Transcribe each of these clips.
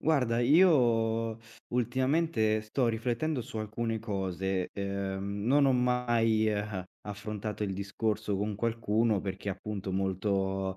Guarda, io ultimamente sto riflettendo su alcune cose. Non ho mai, affrontato il discorso con qualcuno perché è appunto molto,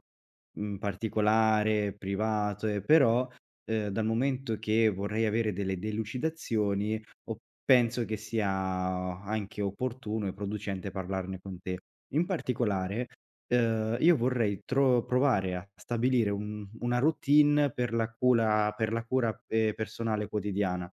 particolare, privato e però, dal momento che vorrei avere delle delucidazioni, o penso che sia anche opportuno e producente parlarne con te. In particolare, io vorrei tro provare a stabilire un una routine per la cura, personale quotidiana.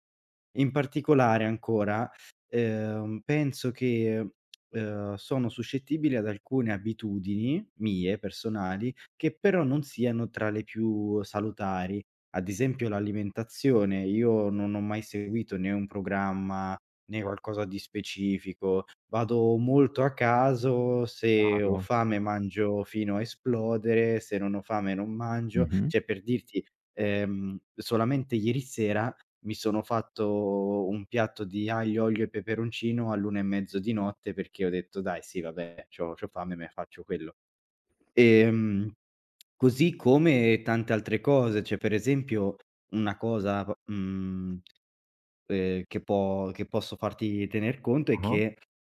In particolare ancora, penso che, sono suscettibile ad alcune abitudini mie personali, che però non siano tra le più salutari. Ad esempio l'alimentazione, io non ho mai seguito né un programma né qualcosa di specifico. Vado molto a caso, se ho Chiaro. fame mangio fino a esplodere, se non ho fame non mangio. Mh-mh. Cioè per dirti, solamente ieri sera mi sono fatto un piatto di aglio, olio e peperoncino all'1 e mezzo di notte perché ho detto: "Dai, sì, vabbè, c'ho fame, me faccio quello". Ehm, Così come tante altre cose, cioè per esempio una cosa p mhmm che può che posso farti tener conto è Ah-ah, che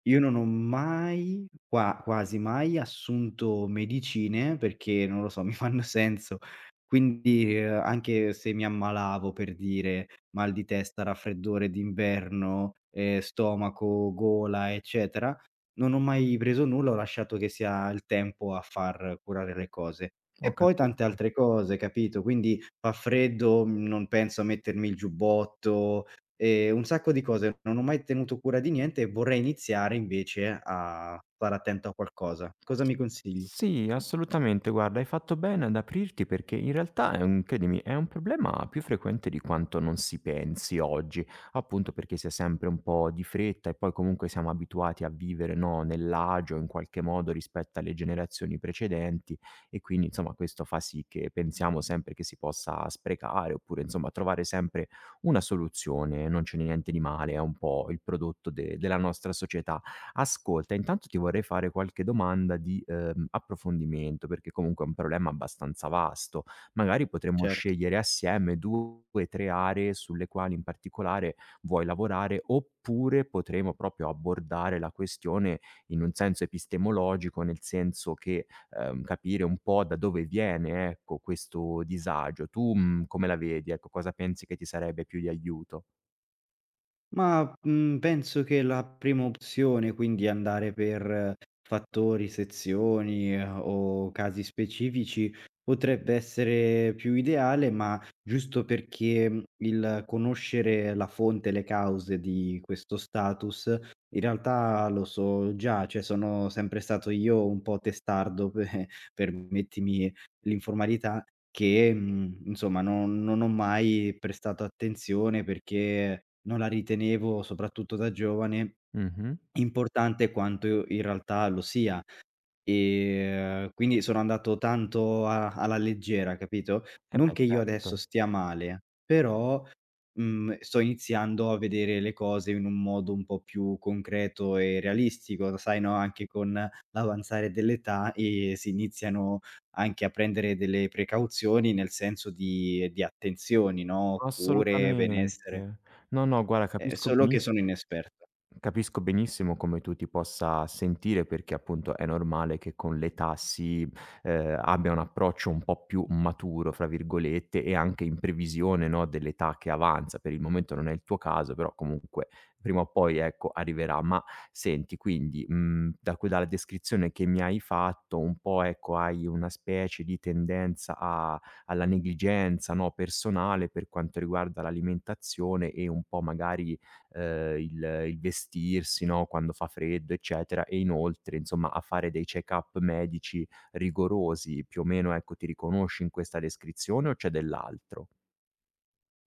io non ho mai, quasi mai assunto medicine perché, non lo so, mi fanno senso. Quindi, anche se mi ammalavo, per dire, mal di testa, raffreddore d'inverno, stomaco, gola, eccetera, non ho mai preso nulla, ho lasciato che sia il tempo a far curare le cose. E ho poi tante capito. altre cose, capito, quindi fa freddo, non penso a mettermi il giubbotto. Un sacco di cose, non ho mai tenuto cura di niente e vorrei iniziare invece a stare attento a qualcosa. Cosa mi consigli? Sì, assolutamente. Guarda, hai fatto bene ad aprirti perché in realtà è un credimi, è un problema più frequente di quanto non si pensi oggi, appunto perché si è sempre un po' di fretta e poi comunque siamo abituati a vivere, no, nell'agio in qualche modo rispetto alle generazioni precedenti e quindi insomma questo fa sì che pensiamo sempre che si possa sprecare oppure insomma trovare sempre una soluzione, non ce n'è niente di male, è un po' il prodotto de della nostra società. Ascolta, intanto ti vorrei fare qualche domanda di, approfondimento, perché comunque è un problema abbastanza vasto. Magari potremmo Cer scegliere assieme 2, 3 aree sulle quali in particolare vuoi lavorare, oppure potremo proprio abbordare la questione in un senso epistemologico, nel senso che, capire un po' da dove viene, ecco, questo disagio. Tu, come la vedi? Ecco, cosa pensi che ti sarebbe più di aiuto? Ma, penso che la prima opzione, quindi andare per fattori, sezioni, o casi specifici, potrebbe essere più ideale, ma giusto perché, il conoscere la fonte, le cause di questo status, in realtà lo so già, cioè sono sempre stato io un po' testardo, pe permettimi l'informalità che, insomma non ho mai prestato attenzione perché non la ritenevo, soprattutto da giovane, Mh-mh. importante quanto in realtà lo sia. Quindi sono andato tanto a alla leggera, capito? Eh Non beh, che io certo. adesso stia male, però, sto iniziando a vedere le cose in un modo un po' più concreto e realistico, sai, no, anche con l'avanzare dell'età, si iniziano anche a prendere delle precauzioni nel senso di attenzioni, no, cure, Assolutamente. benessere, No, no, guarda solo che sono inesperto. capisco benissimo come tu ti possa sentire perché appunto è normale che con l'età si eh, abbia un approccio un po' più maturo, fra virgolette, e anche in previsione, no, dell'età che avanza. Per il momento non è il tuo caso, però comunque prima o poi ecco, arriverà. Ma senti, quindi dalla descrizione che mi hai fatto, un po' ecco, hai una specie di alla negligenza, no, personale per quanto riguarda l'alimentazione e un po' magari il vestirsi, no, quando fa freddo, eccetera, e inoltre insomma a fare dei check-up medici rigorosi. Più o meno, ecco, ti riconosci in questa descrizione o c'è dell'altro?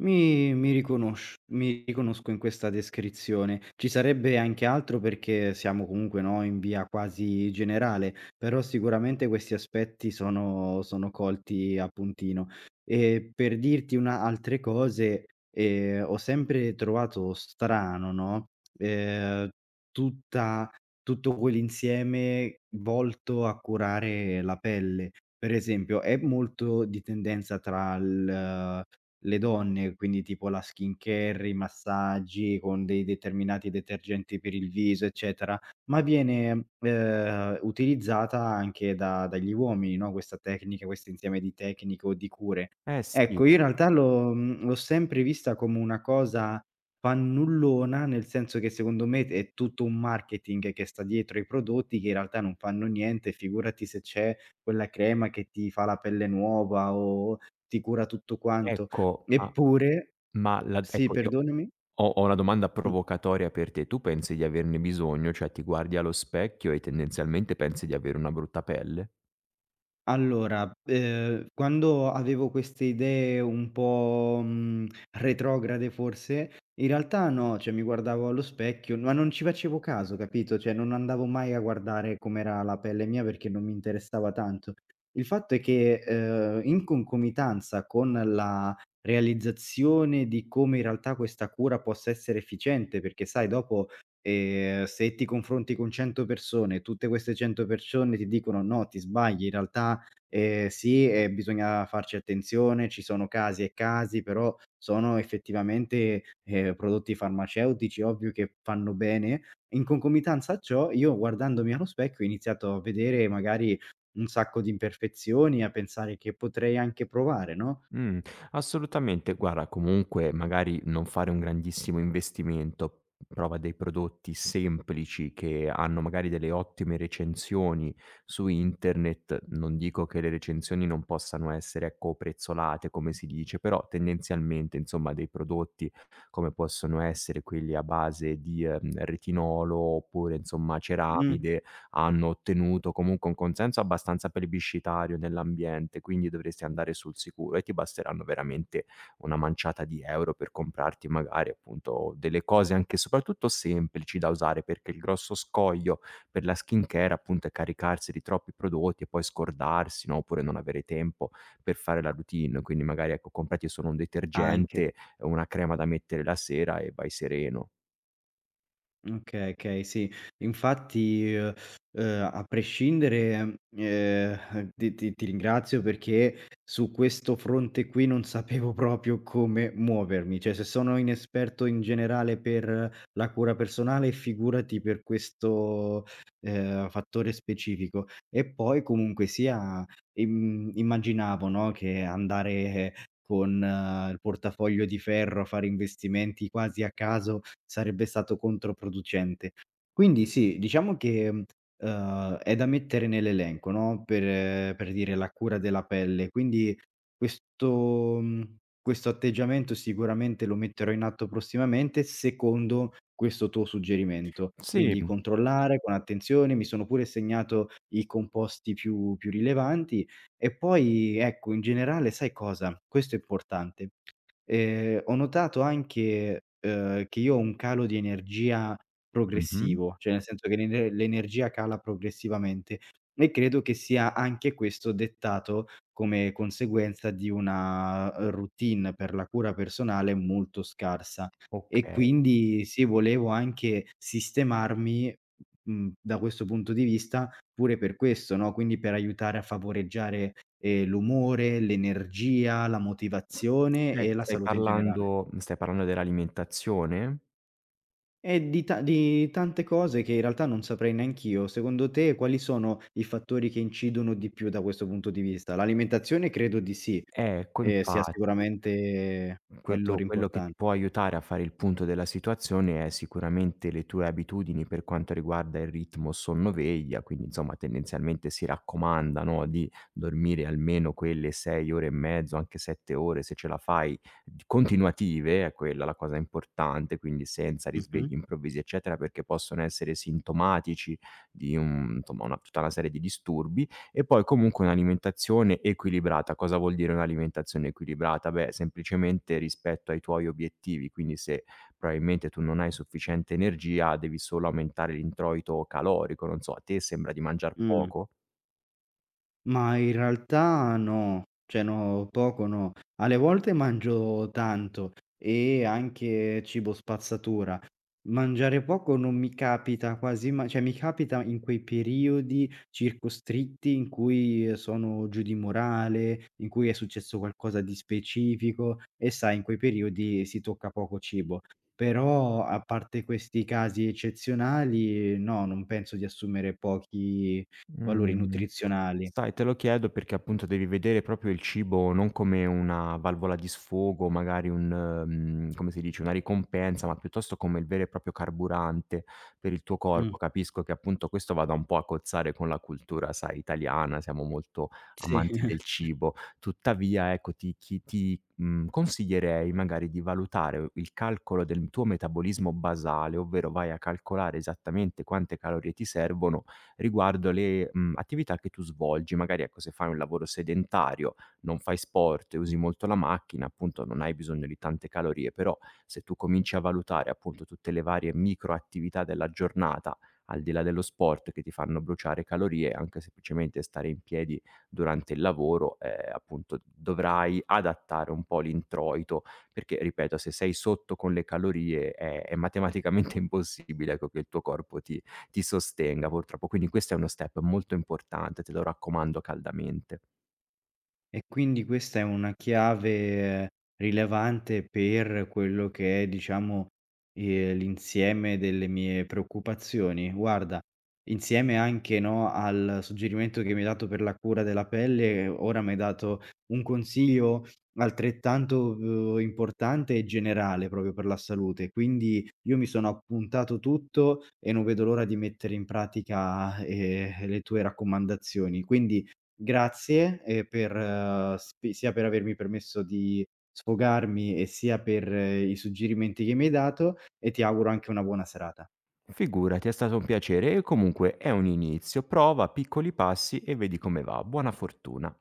Mi riconosco in questa descrizione. Ci sarebbe anche altro perché siamo comunque, no, in via quasi generale, però sicuramente questi aspetti sono colti a puntino. E per dirti una altre cose, ho sempre trovato strano, no, ehm, tutta tutto quell'insieme volto a curare la pelle. Per esempio, è molto di tendenza tra l le donne, quindi tipo la skincare, i massaggi con dei determinati detergenti per il viso, eccetera, ma viene, utilizzata anche da dagli uomini, no, questa tecnica, questo insieme di tecniche o di cure. Eh sì, Ecco, io in realtà l'ho sempre vista come una cosa fannullona, nel senso che secondo me è tutto un marketing che sta dietro ai prodotti che in realtà non fanno niente, figurati se c'è quella crema che ti fa la pelle nuova o ti cura tutto quanto. ecco, Eppure, ma la sì, ecco io perdonami. Ho una domanda mh, provocatoria per te: tu pensi di averne bisogno? Cioè ti guardi allo specchio e tendenzialmente pensi di avere una brutta pelle? Allora, quando avevo queste idee un po', retrograde forse, in realtà no, cioè mi guardavo allo specchio, ma non ci facevo caso, capito, cioè non andavo mai a guardare com'era la pelle mia perché non mi interessava tanto. Il fatto è che, in concomitanza con la realizzazione di come in realtà questa cura possa essere efficiente, perché sai dopo, se ti confronti con 100 persone, tutte queste 100 persone ti dicono: "No, ti sbagli, in realtà. Sì, e bisogna farci attenzione, ci sono casi e casi, però sono effettivamente, prodotti farmaceutici, ovvio che fanno bene". In concomitanza a ciò, io guardandomi allo specchio ho iniziato a vedere magari un sacco di imperfezioni, a pensare che potrei anche provare, no, Mh, assolutamente. Guarda, comunque magari non fare un grandissimo investimento, prova dei prodotti semplici che hanno magari delle ottime recensioni su internet. Non dico che le recensioni non possano essere, ecco, prezzolate, come si dice, però tendenzialmente, insomma, dei prodotti come possono essere quelli a base di, retinolo oppure, insomma, mh, ceramide hanno ottenuto comunque un consenso abbastanza plebiscitario nell'ambiente, quindi dovresti andare sul sicuro e ti basteranno veramente una manciata di euro per comprarti magari appunto delle cose anche soprattutto semplici da usare, perché il grosso scoglio per la skincare appunto è caricarsi di troppi prodotti e poi scordarsi, no, oppure non avere tempo per fare la routine. Quindi magari ecco, comprati solo un anche. detergente, una crema da mettere la sera e vai sereno. Okay, okay, sì. Infatti, a prescindere, ti ringrazio perché su questo fronte qui non sapevo proprio come muovermi. Cioè, se sono inesperto in generale per la cura personale, figurati per questo, fattore specifico. E poi comunque sia. Immaginavo, no, che andare con il portafoglio di ferro a fare investimenti quasi a caso sarebbe stato controproducente. Quindi sì, diciamo che, è da mettere nell'elenco, no, per dire la cura della pelle. Quindi questo mhmm, questo atteggiamento sicuramente lo metterò in atto prossimamente secondo questo tuo suggerimento. Sì, Quindi controllare con attenzione, mi sono pure segnato i composti più rilevanti e poi, ecco, in generale sai cosa? Questo è importante. Ho notato anche, che io ho un calo di energia mh-mh, progressivo, cioè nel senso che l'energia cala progressivamente e credo che sia anche questo dettato come conseguenza di una, routine per la cura personale molto scarsa. E okay. quindi sì, volevo anche sistemarmi, da questo punto di vista. Pure per questo, no, quindi per aiutare a favoreggiare, l'umore, l'energia, la S motivazione Ecco, e la stai salute in generale. parlando stai parlando dell'alimentazione? E di tante cose che in realtà non saprei neanch'io. Secondo te quali sono i fattori che incidono di più da questo punto di vista? L'alimentazione credo di sì, Ecco, sia infatti, sicuramente un fattore quello che ti importante. può aiutare a fare il punto della situazione è sicuramente le tue abitudini per quanto riguarda il ritmo sonno-veglia, quindi insomma tendenzialmente si raccomanda, no, di dormire almeno quelle 6 ore e mezzo, anche 7 ore se ce la fai, d continuative, è quella la cosa importante, quindi senza risvegli Mh-mh. improvvisi eccetera, perché possono essere sintomatici di un insomma una tutta una serie di disturbi. E poi comunque un'alimentazione equilibrata. Cosa vuol dire un'alimentazione equilibrata? Beh, semplicemente rispetto ai tuoi obiettivi, quindi se probabilmente tu non hai sufficiente energia, devi solo aumentare l'introito calorico, non so, a te sembra di mangiar Mh. poco? Ma in realtà no, cioè no, poco no. Alle volte mangio tanto e anche cibo spazzatura. Mangiare poco non mi capita quasi mai, cioè mi capita in quei periodi circoscritti in cui sono giù di morale, in cui è successo qualcosa di specifico e sai, in quei periodi si tocca poco cibo. Però a parte questi casi eccezionali, no, non penso di assumere pochi valori Mh. nutrizionali. Sai, te lo chiedo perché appunto devi vedere proprio il cibo non come una valvola di sfogo, magari un, come si dice, una ricompensa, ma piuttosto come il vero e proprio carburante per il tuo Mh, corpo. Capisco che appunto questo vada un po' a cozzare con la cultura, sai, italiana, siamo molto sì. amanti del cibo. Tuttavia, ecco, ti, consiglierei magari di valutare il calcolo del tuo metabolismo basale, ovvero vai a calcolare esattamente quante calorie ti servono riguardo le, attività che tu svolgi. Magari, ecco, se fai un lavoro sedentario, non fai sport e usi molto la macchina, appunto, non hai bisogno di tante calorie, però se tu cominci a valutare, appunto, tutte le varie micro attività della giornata, al di là dello sport, che ti fanno bruciare calorie, anche semplicemente stare in piedi durante il lavoro, appunto, dovrai adattare un po' l'introito, perché ripeto, se sei sotto con le calorie è matematicamente impossibile, ecco, che il tuo corpo ti sostenga purtroppo. Quindi questo è uno step molto importante, te lo raccomando caldamente. E quindi questa è una chiave rilevante per quello che è, diciamo, l'insieme delle mie preoccupazioni. Guarda, insieme anche, no, al suggerimento che mi hai dato per la cura della pelle, ora mi hai dato un consiglio altrettanto, importante e generale proprio per la salute. Quindi io mi sono appuntato tutto e non vedo l'ora di mettere in pratica, le tue raccomandazioni. Quindi grazie, per sp sia per avermi permesso di sfogarmi e sia per i suggerimenti che mi hai dato e ti auguro anche una buona serata. Figurati, è stato un piacere e comunque è un inizio. Prova piccoli passi e vedi come va. Buona fortuna.